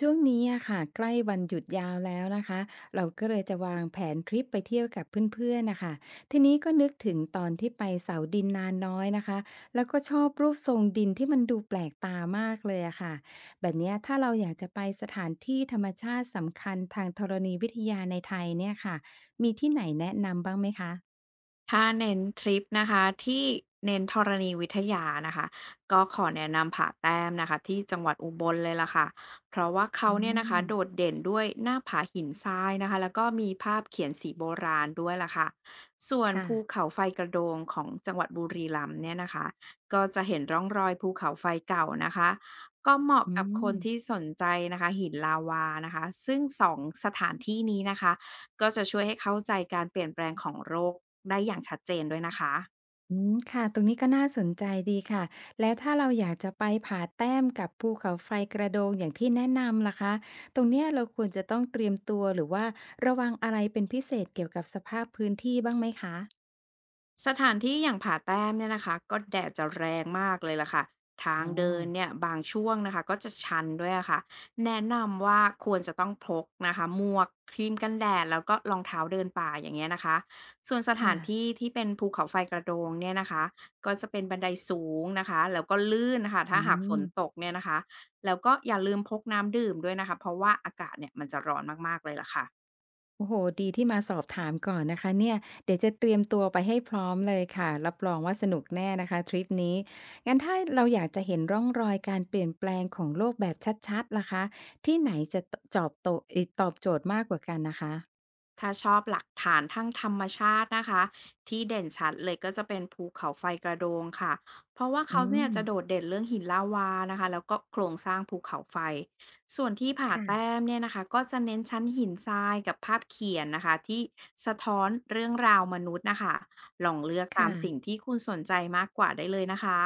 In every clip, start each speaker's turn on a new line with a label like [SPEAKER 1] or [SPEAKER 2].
[SPEAKER 1] ช่วงนี้อะค่ะใกล้วันหยุดยาวแล้วนะคะเราก็เลยจะวางแผนทริปไปเที่ยวกับเพื่อนๆนะคะทีนี้ก็นึกถึงตอนที่ไปเสาดินนานน้อยนะคะแล้วก็ชอบรูปทรงดินที่มันดูแปลกตามากเลยอะค่ะแบบเนี้ยถ้าเราอยากจะไปสถานที่ธรรมชาติสำคัญทางธรณีวิทยาในไทยเนี่ยค่ะมีที่ไหนแนะนำบ้างไหมคะ
[SPEAKER 2] ถ้าเน้นทริปนะคะที่เน้นธรณีวิทยานะคะก็ขอแนะนำผาแต้มนะคะที่จังหวัดอุบลเลยล่ะค่ะเพราะว่าเขา
[SPEAKER 1] อ๋
[SPEAKER 2] เนี่ยนะคะโด
[SPEAKER 1] อ
[SPEAKER 2] ดเด่นด้วยหน้าผาหินทรายนะคะแล้วก็มีภาพเขียนสีโบราณด้วยล่ะค่ะส่วน
[SPEAKER 1] ค่ะ
[SPEAKER 2] ภูเขาไฟกระโดงของจังหวัดบุรีรัมย์เนี่ยนะคะก็จะเห็นร่องรอยภูเขาไฟเก่านะคะก็เหมาะ
[SPEAKER 1] อื
[SPEAKER 2] กับค
[SPEAKER 1] ม
[SPEAKER 2] นที่สนใจนะคะหินลาวานะคะซึ่งสองสถานที่นี้นะคะ ก็จะช่วยให้เข้าใจการเปลี่ยนแปลงของโรคได้อย่างชัดเจนด้วยนะคะ
[SPEAKER 1] อืมค่ะตรงนี้ก็น่าสนใจดีค่ะแล้วถ้าเราอยากจะไปผาแต้มกับภูเขาไฟกระโดงอย่างที่แนะนำล่ะคะตรงเนี้ยเราควรจะต้องเตรียมตัวหรือว่าระวังอะไรเป็นพิเศษเกี่ยวกับสภาพพื้นที่บ้างไหมคะ
[SPEAKER 2] สถานที่อย่างผาแต้มเนี่ยนะคะก็แดดจะแรงมากเลยล่ะค่ะ ทาง
[SPEAKER 1] อ๋อ
[SPEAKER 2] เดินเนี่ยบางช่วงนะคะก็จะชันด้วยอะค่ะแนะนำว่าควรจะต้องพกนะคะหมวกครีมกันแดดแล้วก็รองเท้าเดินป่าอย่างเงี้ยนะคะส่วนสถา
[SPEAKER 1] ค่ะ
[SPEAKER 2] นที่ที่เป็นภูเขาไฟกระโดงเนี่ยนะคะก็จะเป็นบันไดสูงนะคะแล้วก็ลื่นนะคะ
[SPEAKER 1] อื
[SPEAKER 2] ถ้าหากฝ
[SPEAKER 1] ม
[SPEAKER 2] นตกเนี่ยนะคะแล้วก็อย่าลืมพกน้ำดื่มด้วยนะคะเพราะว่าอากาศเนี่ยมันจะร้อนมากๆเลยล่ะค่ะ
[SPEAKER 1] โอ้โฮดีที่มาสอบถามก่อนนะคะเนี่ยเดี๋ยวจะเตรียมตัวไปให้พร้อมเลยค่ะรับรองว่าสนุกแน่นะคะทริปนี้งั้นถ้าเราอยากจะเห็นร่องรอยการเปลี่ยนแปลงของโลกแบบชัดๆล่ะคะที่ไหนจะตจอบโตะเอ๊ยตอบโจทย์มากกว่ากันนะคะ
[SPEAKER 2] ถ้าชอบหลักฐานทั้งธรรมชาตินะคะที่เด่นชัดเลยก็จะเป็นภูเขาไฟกระโดงค่ะเพราะว่าเขา
[SPEAKER 1] อื
[SPEAKER 2] เนี่
[SPEAKER 1] ม
[SPEAKER 2] ยจะโดดเด่นเรื่องหินลาวานะคะแล้วก็โครงสร้างภูเขาไฟส่วนที่ผาแต้
[SPEAKER 1] ค่ะ
[SPEAKER 2] มเนี่ยนะคะก็จะเน้นชั้นหินทรายกับภาพเขียนนะคะที่สะท้อนเรื่องราวมนุษย์นะคะลองเลือกตาม
[SPEAKER 1] ค่ะ
[SPEAKER 2] สิ่งที่คุณสนใจมากกว่าได้เลยนะคะ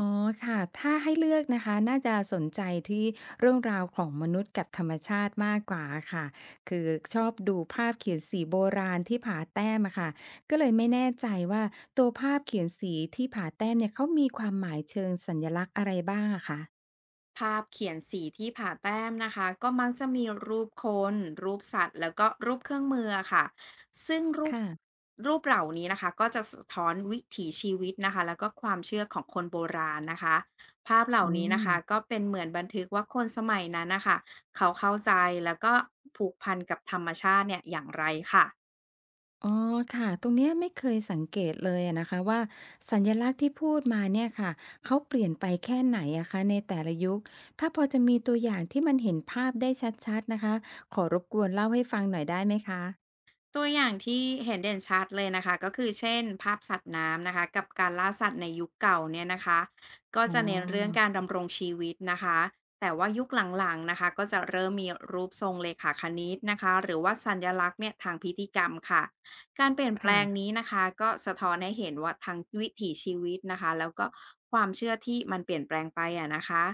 [SPEAKER 1] อ๋อค่ะถ้าให้เลือกนะคะน่าจะสนใจที่เรื่องราวของมนุษย์กับธรรมชาติมากกว่าค่ะคือชอบดูภาพเขียนสีโบราณที่ผาแต้มอะค่ะก็เลยไม่แน่ใจว่าตัวภาพเขียนสีที่ผาแต้มเนี่ยเขามีความหมายเชิงสัญลักษณ์อะไรบ้างอะคะ
[SPEAKER 2] ภาพเขียนสีที่ผ่าแต้มนะคะก็มักจะมีรูปคนรูปสัตว์แล้วก็รูปเครื่องมืออะค่ะซึ่งรูป
[SPEAKER 1] ค่ะ
[SPEAKER 2] รูปเหล่านี้นะคะก็จะสะท้อนวิถีชีวิตนะคะแล้วก็ความเชื่อของคนโบราณนะคะภาพเหล่า
[SPEAKER 1] อื
[SPEAKER 2] นี้นะ
[SPEAKER 1] ม
[SPEAKER 2] คะก็เป็นเหมือนบันทึกว่าคนสมัยนั้นนะคะเขาเข้าใจแล้วก็ผูกพันกับธรรมชาติเนี่ยอย่างไรค่ะ
[SPEAKER 1] อ๋อค่ะตรงเนี้ยไม่เคยสังเกตเลยอะนะคะว่าสัญลักษณ์ที่พูดมาเนี่ยค่ะเขาเปลี่ยนไปแค่ไหนอะคะในแต่ละยุคถ้าพอจะมีตัวอย่างที่มันเห็นภาพได้ชัดๆนะคะขอรบกวนเล่าให้ฟังหน่อยได้ไหมคะ
[SPEAKER 2] ตัวอย่างที่เห็นเด่นชัดเลยนะคะก็คือเช่นภาพสัตว์น้ำนะคะกับการล่าสัตว์ในยุคเก่าเนี่ยนะคะก็
[SPEAKER 1] อ๋อ
[SPEAKER 2] จะเน้นเรื่องการดำรงชีวิตนะคะแต่ว่ายุคหลังๆนะคะก็จะเริ่มมีรูปทรงเลขาคณิตนะคะหรือว่าสัญลักษณ์เนี่ยทางพิธีกรรมค่ะการเปลี่ยนแปลง
[SPEAKER 1] ค่ะ
[SPEAKER 2] นี้นะคะก็สะท้อนให้เห็นว่าทางวิถีชีวิตนะคะแล้วก็ความเชื่อที่มันเปลี่ยนแปลงไปอะนะคะ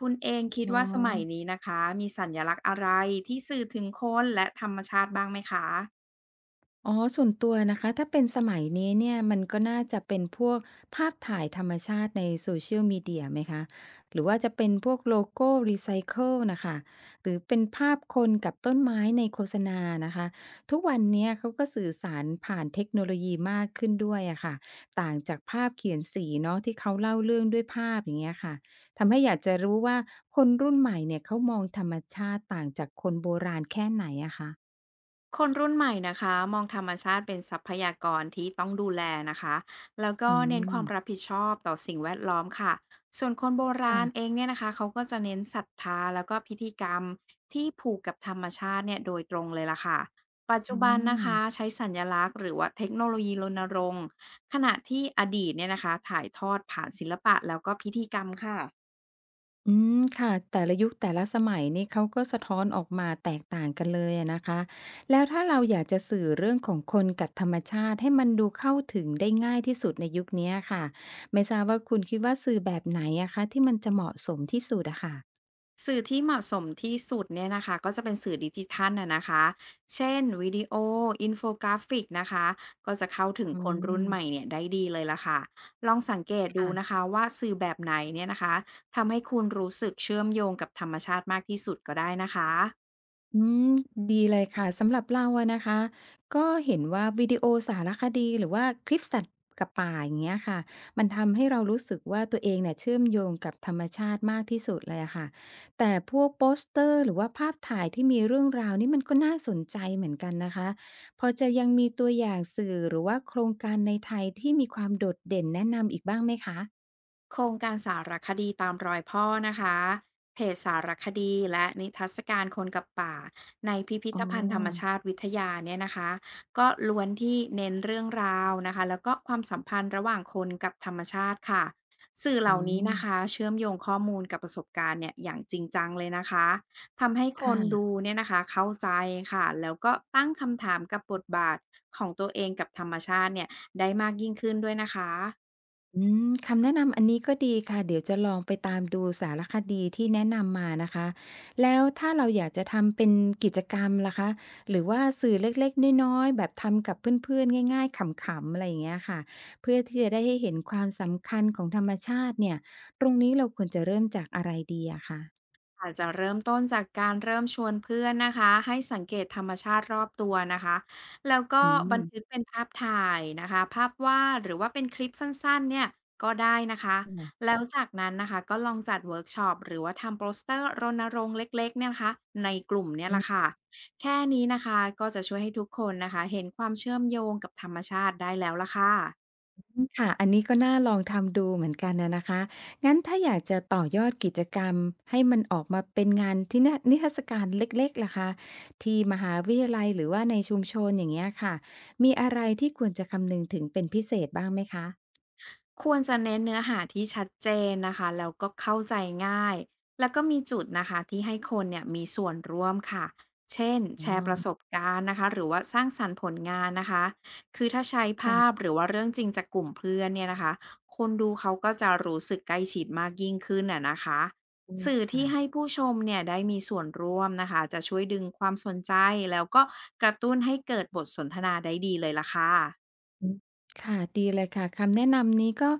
[SPEAKER 2] คุณเองคิด
[SPEAKER 1] อ๋อ
[SPEAKER 2] ว่าสมัยนี้นะคะมีสัญลักษณ์อะไรที่สื่อถึงคนและธรรมชาติบ้างไหมคะ
[SPEAKER 1] อ๋อส่วนตัวนะคะถ้าเป็นสมัยนี้เนี่ยมันก็น่าจะเป็นพวกภาพถ่ายธรรมชาติใน Social Media ไหมคะหรือว่าจะเป็นพวกโลโก้รีไซเคิลน่ะค่ะหรือเป็นภาพคนกับต้นไม้ในโฆษณานะคะทุกวันเนี้ยเขาก็สื่อสารผ่านเทคโนโลยีมากขึ้นด้วยอะค่ะต่างจากภาพเขียนสีเนาะที่เขาเล่าเรื่องด้วยภาพอย่างเงี้ยค่ะทำให้อยากจะรู้ว่าคนรุ่นใหม่เนี่ยเขามองธรรมชาติต่างจากคนโบราณแค่ไหนอะคะ
[SPEAKER 2] คนรุ่นใหม่นะคะมองธรรมชาติเป็นทรัพยากรที่ต้องดูแลนะคะแล้วก็
[SPEAKER 1] อื
[SPEAKER 2] เน้นความ
[SPEAKER 1] ม
[SPEAKER 2] รับผิดชอบต่อสิ่งแวดล้อมค่ะส่วนคนโบราณเอ
[SPEAKER 1] ค่ะ
[SPEAKER 2] งเนี่ยนะคะเขาก็จะเน้นศรัทธาแล้วก็พิธีกรรมที่ผูกกับธรรมชาติเนี่ยโดยตรงเลยล่ะค่ะปัจ
[SPEAKER 1] อื
[SPEAKER 2] จุบันนะคะ
[SPEAKER 1] ม
[SPEAKER 2] ใช้สัญลักษณ์หรือว่าเทคโนโลยีรณรงค์ขณะที่อดีตเนี่ยนะคะถ่ายทอดผ่านศิลปะแล้วก็พิธีกรรมค่ะ
[SPEAKER 1] อืมค่ะ แต่ละยุคแต่ละสมัยนี่เขาก็สะท้อนออกมาแตกต่างกันเลยอะนะคะ แล้วถ้าเราอยากจะสื่อเรื่องของคนกับธรรมชาติให้มันดูเข้าถึงได้ง่ายที่สุดในยุคเนี้ยค่ะ ไม่ทราบว่าคุณคิดว่าสื่อแบบไหนอะคะที่มันจะเหมาะสมที่สุดอะค่ะ
[SPEAKER 2] สื่อที่เหมาะสมที่สุดเนี่ยนะคะก็จะเป็นสื่อดิจิทัลนะคะ เช่นวิดีโออินโฟกราฟิกนะคะก็จะเข้าถึง
[SPEAKER 1] อื
[SPEAKER 2] คนรุ่นใหม่
[SPEAKER 1] ม
[SPEAKER 2] เนี่ยได้ดีเลยละค่ะลองสังเกตดูนะ
[SPEAKER 1] ค่ะ
[SPEAKER 2] คะว่าสื่อแบบไหนเนี่ยนะคะทำให้คุณรู้สึกเชื่อมโยงกับธรรมชาติมากที่สุดก็ได้นะคะ
[SPEAKER 1] อืมดีเลยค่ะสำหรับเราอะนะคะก็เห็นว่าวิดีโอสารคดีหรือว่าคลิปสัตว์กับป่าอย่างเงี้ยค่ะมันทำให้เรารู้สึกว่าตัวเองเนี่ยเชื่อมโยงกับธรรมชาติมากที่สุดเลยอะค่ะแต่พวกโปสเตอร์หรือว่าภาพถ่ายที่มีเรื่องราวนี่มันก็น่าสนใจเหมือนกันนะคะพอจะยังมีตัวอย่างสื่อหรือว่าโครงการในไทยที่มีความโดดเด่นแนะนำอีกบ้างไหมคะ
[SPEAKER 2] โครงการสารคดีตามรอยพ่อนะคะเพจสารคดีและนิทรรศการคนกับป่าในพิพิ
[SPEAKER 1] อ๋
[SPEAKER 2] ธ
[SPEAKER 1] อ
[SPEAKER 2] ภัณฑ์ธรรมชาติวิทยาเนี่ยนะคะก็ล้วนที่เน้นเรื่องราวนะคะแล้วก็ความสัมพันธ์ระหว่างคนกับธรรมชาติค่ะสื่อเห
[SPEAKER 1] อื
[SPEAKER 2] ล่านี้
[SPEAKER 1] ม
[SPEAKER 2] นะคะเชื่อมโยงข้อมูลกับประสบการณ์เนี่ยอย่างจริงจังเลยนะคะทำให้คนดู
[SPEAKER 1] ค่ะ
[SPEAKER 2] เนี่ยนะคะเข้าใจค่ะแล้วก็ตั้งคำถามกับบทบาทของตัวเองกับธรรมชาติเนี่ยได้มากยิ่งขึ้นด้วยนะคะ
[SPEAKER 1] อืมคำแนะนำอันนี้ก็ดีค่ะเดี๋ยวจะลองไปตามดูสารคดีที่แนะนำมานะคะแล้วถ้าเราอยากจะทำเป็นกิจกรรมล่ะคะหรือว่าสื่อเล็กๆน้อยๆแบบทำกับเพื่อนๆง่ายๆขำๆอะไรอย่างเงี้ยค่ะเพื่อที่จะได้ให้เห็นความสำคัญของธรรมชาติเนี่ยตรงนี้เราควรจะเริ่มจากอะไรดีอะคะ
[SPEAKER 2] อาจจะเริ่มต้นจากการเริ่มชวนเพื่อนนะคะให้สังเกตธรรมชาติรอบตัวนะคะแล้วก็
[SPEAKER 1] อื
[SPEAKER 2] บันทึก
[SPEAKER 1] ม
[SPEAKER 2] เป็นภาพถ่ายนะคะภาพวาดหรือว่าเป็นคลิปสั้นๆเนี่ยก็ได้นะคะ
[SPEAKER 1] อืม
[SPEAKER 2] แล้วจากนั้นนะคะก็ลองจัดเวิร์กช็อปหรือว่าทำโปสเตอร์รณรงค์เล็กๆเนี่ยนะคะในกลุ่มเนี่ยละค่ะแค่นี้นะคะก็จะช่วยให้ทุกคนนะคะเห็นความเชื่อมโยงกับธรรมชาติได้แล้วละค่ะ
[SPEAKER 1] อืมค่ะ อันนี้ก็น่าลองทำดูเหมือนกันนะนะคะ งั้นถ้าอยากจะต่อยอดกิจกรรมให้มันออกมาเป็นงานที่นะนิทรรศการเล็กๆล่ะคะที่มหาวิทยาลัยหรือว่าในชุมชนอย่างเงี้ยค่ะ มีอะไรที่ควรจะคำนึงถึงเป็นพิเศษบ้างไหมคะ
[SPEAKER 2] ควรจะเน้นเนื้อหาที่ชัดเจนนะคะแล้วก็เข้าใจง่ายแล้วก็มีจุดนะคะที่ให้คนเนี่ยมีส่วนร่วมค่ะเช่น
[SPEAKER 1] อ๋
[SPEAKER 2] แช
[SPEAKER 1] อ
[SPEAKER 2] ร์ประสบการณ์นะคะหรือว่าสร้างสรรค์ผลงานนะคะคือถ้าใช้ภาพ
[SPEAKER 1] ค่ะ
[SPEAKER 2] หรือว่าเรื่องจริงจากกลุ่มเพื่อนเนี่ยนะคะคนดูเขาก็จะรู้สึกใกล้ชิดมากยิ่งขึ้นน่ะนะคะ
[SPEAKER 1] อืม
[SPEAKER 2] สื่อที่ให้
[SPEAKER 1] ค่ะ
[SPEAKER 2] ผู้ชมเนี่ยได้มีส่วนร่วมนะคะจะช่วยดึงความสนใจแล้วก็กระตุ้นให้เกิดบทสนทนาได้ดีเลยล่ะค่ะ
[SPEAKER 1] อืมค่ะดีเลยค่ะคำแนะนำนี้ก็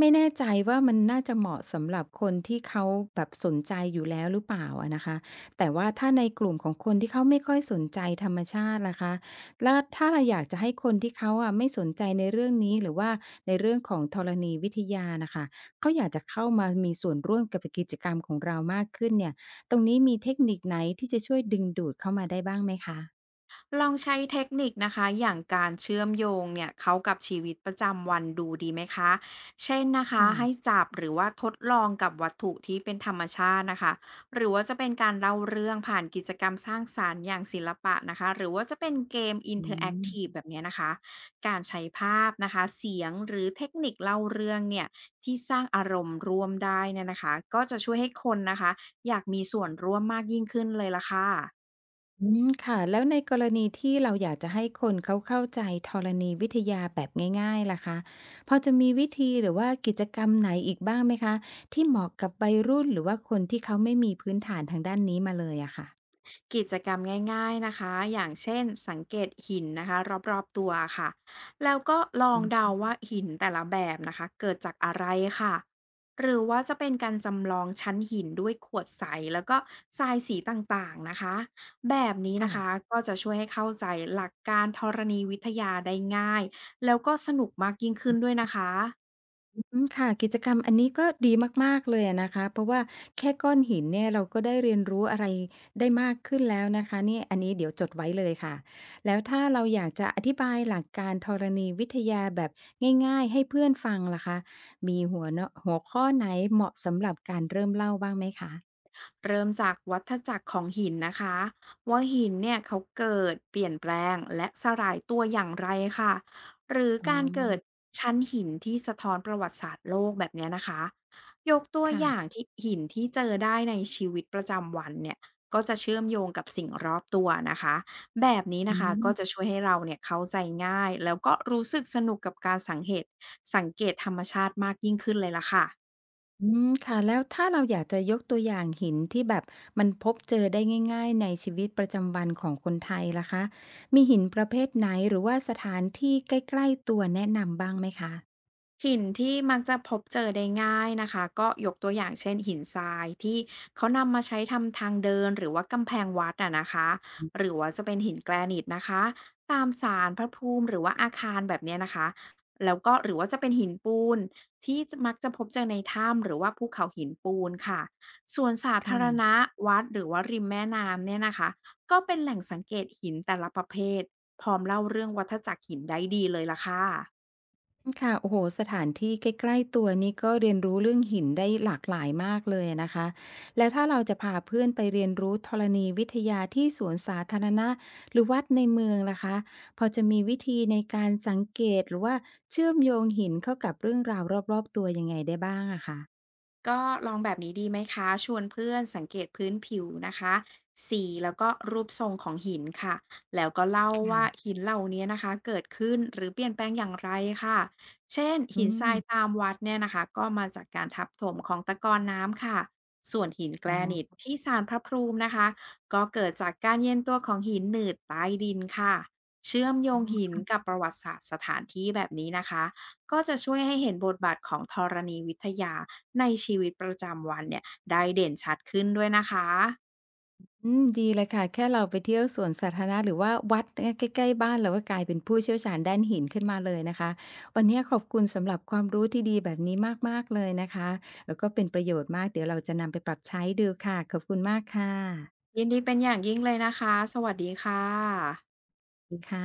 [SPEAKER 1] ไม่แน่ใจว่ามันน่าจะเหมาะสำหรับคนที่เขาแบบสนใจอยู่แล้วหรือเปล่าอะนะคะแต่ว่าถ้าในกลุ่มของคนที่เขาไม่ค่อยสนใจธรรมชาติล่ะคะแล้วถ้าเราอยากจะให้คนที่เขาอะไม่สนใจในเรื่องนี้หรือว่าในเรื่องของธรณีวิทยาน่ะค่ะเขาอยากจะเข้ามามีส่วนร่วมกับกิจกรรมของเรามากขึ้นเนี่ยตรงนี้มีเทคนิคไหนที่จะช่วยดึงดูดเข้ามาได้บ้างไหมคะ
[SPEAKER 2] ลองใช้เทคนิคนะคะอย่างการเชื่อมโยงเนี่ยเขากับชีวิตประจำวันดูดีไหมคะเช่นนะคะ
[SPEAKER 1] ค่ะ
[SPEAKER 2] ให้จับหรือว่าทดลองกับวัตถุที่เป็นธรรมชาตินะคะหรือว่าจะเป็นการเล่าเรื่องผ่านกิจกรรมสร้างสารรค์อย่างศิลปะนะคะหรือว่าจะเป็นเกมอิน
[SPEAKER 1] อื
[SPEAKER 2] เทอร์แอคทีฟ
[SPEAKER 1] ม
[SPEAKER 2] แบบเนี้ยนะคะการใช้ภาพนะคะเสียงหรือเทคนิคเล่าเรื่องเนี่ยที่สร้างอารมณ์ร่วมได้เนยนะคะก็จะช่วยให้คนนะคะอยากมีส่วนร่วมมากยิ่งขึ้นเลยละค่ะ
[SPEAKER 1] อืมค่ะแล้วในกรณีที่เราอยากจะให้คนเขาเข้าใจธรณีวิทยาแบบง่ายๆล่ะคะพอจะมีวิธีหรือว่ากิจกรรมไหนอีกบ้างไหมคะที่เหมาะกับวัยรุ่นหรือว่าคนที่เขาไม่มีพื้นฐานทางด้านนี้มาเลยอะค่ะ
[SPEAKER 2] กิจกรรมง่ายๆนะคะอย่างเช่นสังเกตหินนะคะรอบๆตัวค่ะแล้วก็ลองเดาว่าหินแต่ละแบบนะคะเกิดจากอะไรค่ะหรือว่าจะเป็นการจำลองชั้นหินด้วยขวดใสแล้วก็ทรายสีต่างๆนะคะแบบนี้
[SPEAKER 1] ค่ะ
[SPEAKER 2] นะคะก็จะช่วยให้เข้าใจหลักการธรณีวิทยาได้ง่ายแล้วก็สนุกมากยิ่งขึ้นด้วยนะคะ
[SPEAKER 1] อืมค่ะกิจกรรมอันนี้ก็ดีมากๆเลยอะนะคะเพราะว่าแค่ก้อนหินเนี่ยเราก็ได้เรียนรู้อะไรได้มากขึ้นแล้วนะคะเนี่ยอันนี้เดี๋ยวจดไว้เลยค่ะแล้วถ้าเราอยากจะอธิบายหลักการธรณีวิทยาแบบง่ายๆให้เพื่อนฟังล่ะคะมีหัวข้อไหนเหมาะสำหรับการเริ่มเล่าบ้างไหมคะ
[SPEAKER 2] เริ่มจากวัฏจักรของหินนะคะว่าหินเนี่ยเขาเกิดเปลี่ยนแปลงและสลายตัวอย่างไรค่ะหรือ
[SPEAKER 1] อ๋
[SPEAKER 2] การเกิด
[SPEAKER 1] อ
[SPEAKER 2] ชั้นหินที่สะท้อนประวัติศาสตร์โลกแบบเนี้ยนะคะยกตัวอย่าง
[SPEAKER 1] ค่ะ
[SPEAKER 2] ที่หินที่เจอได้ในชีวิตประจำวันเนี่ยก็จะเชื่อมโยงกับสิ่งรอบตัวนะคะแบบนี้
[SPEAKER 1] อื
[SPEAKER 2] นะคะก็
[SPEAKER 1] ม
[SPEAKER 2] จะช่วยให้เราเนี่ยเข้าใจง่ายแล้วก็รู้สึกสนุกกับการสังเกตธรรมชาติมากยิ่งขึ้นเลยล่ะค่ะ
[SPEAKER 1] อืมค่ะแล้วถ้าเราอยากจะยกตัวอย่างหินที่แบบมันพบเจอได้ง่ายๆในชีวิตประจำวันของคนไทยล่ะคะมีหินประเภทไหนหรือว่าสถานที่ใกล้ๆตัวแนะนำบ้างไหมคะ
[SPEAKER 2] หินที่มักจะพบเจอได้ง่ายนะคะก็ยกตัวอย่างเช่นหินทรายที่เขานำมาใช้ทำทางเดินหรือว่ากำแพงวัดอะนะคะหรือว่าจะเป็นหินแกรนิตนะคะตามศาลพระภูมิหรือว่าอาคารแบบเนี้ยนะคะแล้วก็หรือว่าจะเป็นหินปูนที่จะมักจะพบเจอในถ้ำหรือว่าภูเขาหินปูนค่ะส่วนสาธาร
[SPEAKER 1] ค่ะ
[SPEAKER 2] ณะวัดหรือว่าริมแม่น้ำเนี่ยนะคะก็เป็นแหล่งสังเกตหินแต่ละประเภทพร้อมเล่าเรื่องวัฏจักรหินได้ดีเลยล่ะค่ะ
[SPEAKER 1] ค่ะโอ้โห สถานที่ใกล้ๆตัวนี่ก็เรียนรู้เรื่องหินได้หลากหลายมากเลยนะคะ แล้วถ้าเราจะพาเพื่อนไปเรียนรู้ธรณีวิทยาที่สวนสาธารณะหรือวัดในเมืองล่ะคะ พอจะมีวิธีในการสังเกตหรือว่าเชื่อมโยงหินเข้ากับเรื่องราวรอบๆตัวยังไงได้บ้างอะคะ
[SPEAKER 2] ก็ลองแบบนี้ดีไหมคะชวนเพื่อนสังเกตพื้นผิวนะคะสีแล้วก็รูปทรงของหินค่ะแล้วก็เล่าว่า
[SPEAKER 1] ค่ะ
[SPEAKER 2] หินเหล่านี้นะคะเกิดขึ้นหรือเปลี่ยนแปลงอย่างไรค่ะเช่น
[SPEAKER 1] อื
[SPEAKER 2] หินทราย
[SPEAKER 1] ม
[SPEAKER 2] ตามวัดเนี่ยนะคะก็มาจากการทับถมของตะกอนน้ำค่ะส่วนหินแก
[SPEAKER 1] อ๋
[SPEAKER 2] รนิต
[SPEAKER 1] อ
[SPEAKER 2] ที่ศาลพระภูมินะคะก็เกิดจากการเย็นตัวของหินหนืดใต้ดินค่ะเชื่อมโยงหิน
[SPEAKER 1] ออ
[SPEAKER 2] กับประวัติศาสตร์สถานที่แบบนี้นะคะ ก็จะช่วยให้เห็นบทบาทของธรณีวิทยาในชีวิตประจำวันเนี่ยได้เด่นชัดขึ้นด้วยนะคะ
[SPEAKER 1] อืมดีเลยค่ะแค่เราไปเที่ยวสวนสาธารณะหรือว่าวัดเนี่ยใกล้ๆบ้านเราก็กลายเป็นผู้เชี่ยวชาญด้านหินขึ้นมาเลยนะคะวันเนี้ยขอบคุณสำหรับความรู้ที่ดีแบบนี้มากๆเลยนะคะแล้วก็เป็นประโยชน์มากเดี๋ยวเราจะนำไปปรับใช้ดูค่ะขอบคุณมากค่ะ
[SPEAKER 2] ยินดีเป็นอย่างยิ่งเลยนะคะสวัสดีค่ะ
[SPEAKER 1] ดีค่ะ